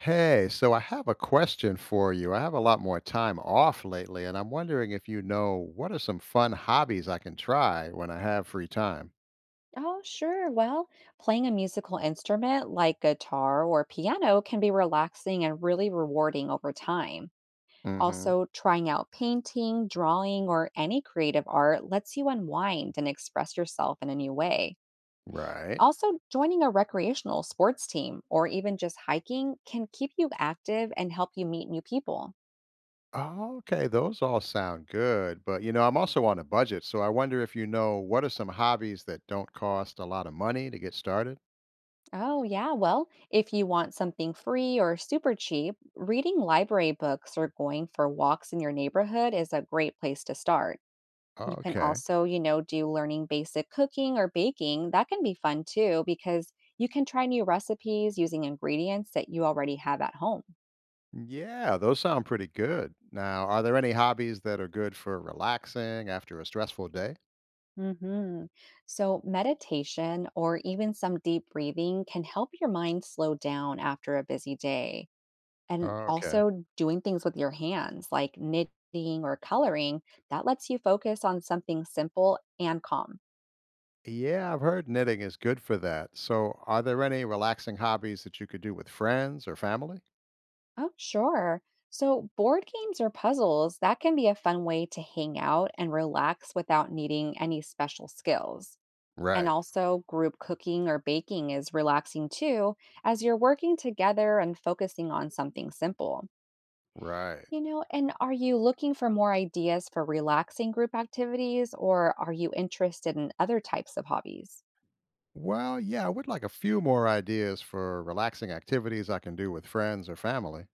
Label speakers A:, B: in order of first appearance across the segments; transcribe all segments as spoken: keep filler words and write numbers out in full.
A: Hey, so I have a question for you. I have a lot more time off lately, and I'm wondering if you know what are some fun hobbies I can try when I have free time?
B: Oh, sure. Well, playing a musical instrument like guitar or piano can be relaxing and really rewarding over time.
A: Hmm.
B: Also, trying out painting, drawing, or any creative art lets you unwind and express yourself in a new way.
A: Right.
B: Also, joining a recreational sports team or even just hiking can keep you active and help you meet new people.
A: Oh, okay, those all sound good, but you know, I'm also on a budget, so I wonder if you know what are some hobbies that don't cost a lot of money to get started?
B: Oh, yeah. Well, if you want something free or super cheap, reading library books or going for walks in your neighborhood is a great place to start. You can
A: Okay.
B: also, you know, do learning basic cooking or baking. That can be fun too, because you can try new recipes using ingredients that you already have at home.
A: Yeah, those sound pretty good. Now, are there any hobbies that are good for relaxing after a stressful day?
B: Hmm. So, meditation or even some deep breathing can help your mind slow down after a busy day. And
A: Okay.
B: also doing things with your hands like knitting or coloring, that lets you focus on something simple and calm.
A: Yeah, I've heard knitting is good for that. So, are there any relaxing hobbies that you could do with friends or family?
B: Oh, sure. So, board games or puzzles, that can be a fun way to hang out and relax without needing any special skills. And
A: Right,
B: also, group cooking or baking is relaxing too, as you're working together and focusing on something simple.
A: right.
B: You know, and are you looking for more ideas for relaxing group activities, or are you interested in other types of hobbies?
A: Well, yeah, I would like a few more ideas for relaxing activities I can do with friends or family.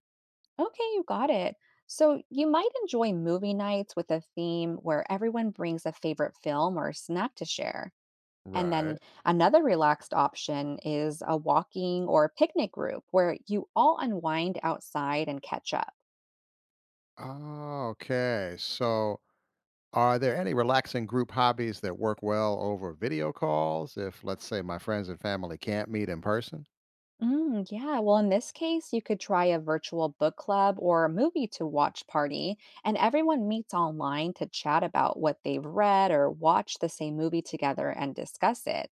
B: Okay, you got it. So, you might enjoy movie nights with a theme where everyone brings a favorite film or snack to share. And
A: Right.
B: then another relaxed option is a walking or picnic group where you all unwind outside and catch up.
A: Oh, okay. So, are there any relaxing group hobbies that work well over video calls if, let's say, my friends and family can't meet in person?
B: Mm, yeah, well, in this case, you could try a virtual book club or a movie to watch party, and everyone meets online to chat about what they've read or watch the same movie together and discuss it.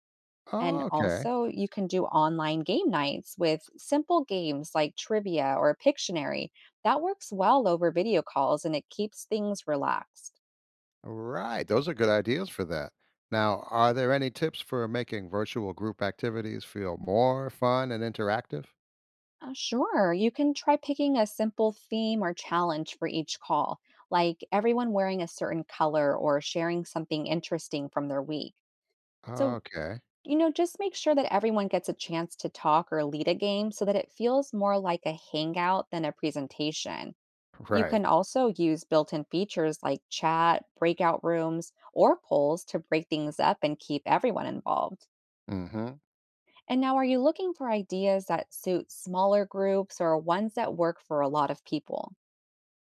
B: And
A: Okay.
B: also, you can do online game nights with simple games like trivia or Pictionary. That works well over video calls and it keeps things relaxed.
A: Right. Those are good ideas for that. Now, are there any tips for making virtual group activities feel more fun and interactive?
B: Uh, sure, you can try picking a simple theme or challenge for each call, like everyone wearing a certain color or sharing something interesting from their week. So,
A: Okay.
B: you know, just make sure that everyone gets a chance to talk or lead a game so that it feels more like a hangout than a presentation. You
A: Right.
B: can also use built in features like chat, breakout rooms, or polls to break things up and keep everyone involved.
A: Hmm.
B: And now, are you looking for ideas that suit smaller groups or ones that work for a lot of people?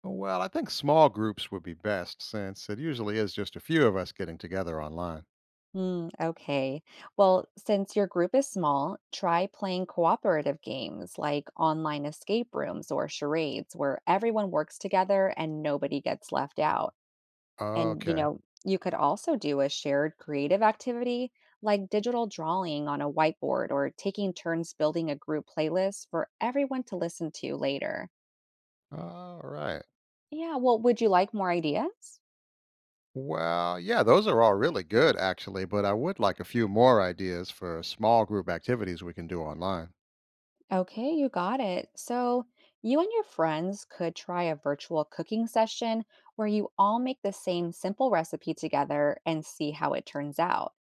A: Well, I think small groups would be best since it usually is just a few of us getting together online.
B: Hmm, okay. Well, since your group is small, try playing cooperative games like online escape rooms or charades where everyone works together and nobody gets left out. And, you
A: Okay.
B: know, you could also do a shared creative activity like digital drawing on a whiteboard or taking turns building a group playlist for everyone to listen to later.
A: All right.
B: Yeah, well, would you like more ideas?
A: Well, yeah, those are all really good, actually, but I would like a few more ideas for small group activities we can do online.
B: Okay, you got it. So, you and your friends could try a virtual cooking session where you all make the same simple recipe together and see how it turns out.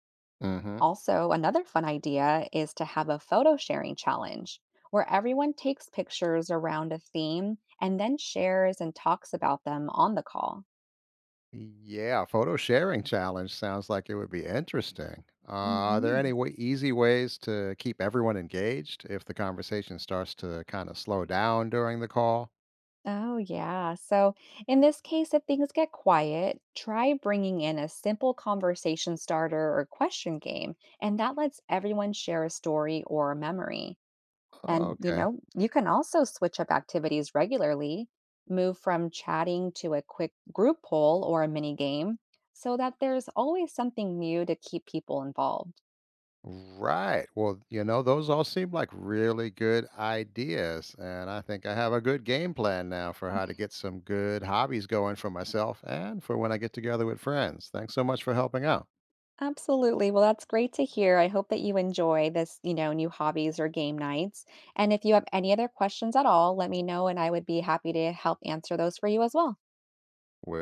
A: Hmm.
B: Also, another fun idea is to have a photo sharing challenge where everyone takes pictures around a theme and then shares and talks about them on the call.
A: Yeah, photo sharing challenge sounds like it would be interesting. Uh, are there any
B: Mhm.
A: way, easy ways to keep everyone engaged if the conversation starts to kind of slow down during the call?
B: Oh, yeah. So, in this case, if things get quiet, try bringing in a simple conversation starter or question game, and that lets everyone share a story or a memory. And, you
A: Okay.
B: know, you can also switch up activities regularly, move from chatting to a quick group poll or a mini game so that there's always something new to keep people involved.
A: Right. Well, you know, those all seem like really good ideas. And I think I have a good game plan now for how to get some good hobbies going for myself and for when I get together with friends. Thanks so much for helping out.
B: Absolutely. Well, that's great to hear. I hope that you enjoy this, you know, new hobbies or game nights. And if you have any other questions at all, let me know and I would be happy to help answer those for you as well.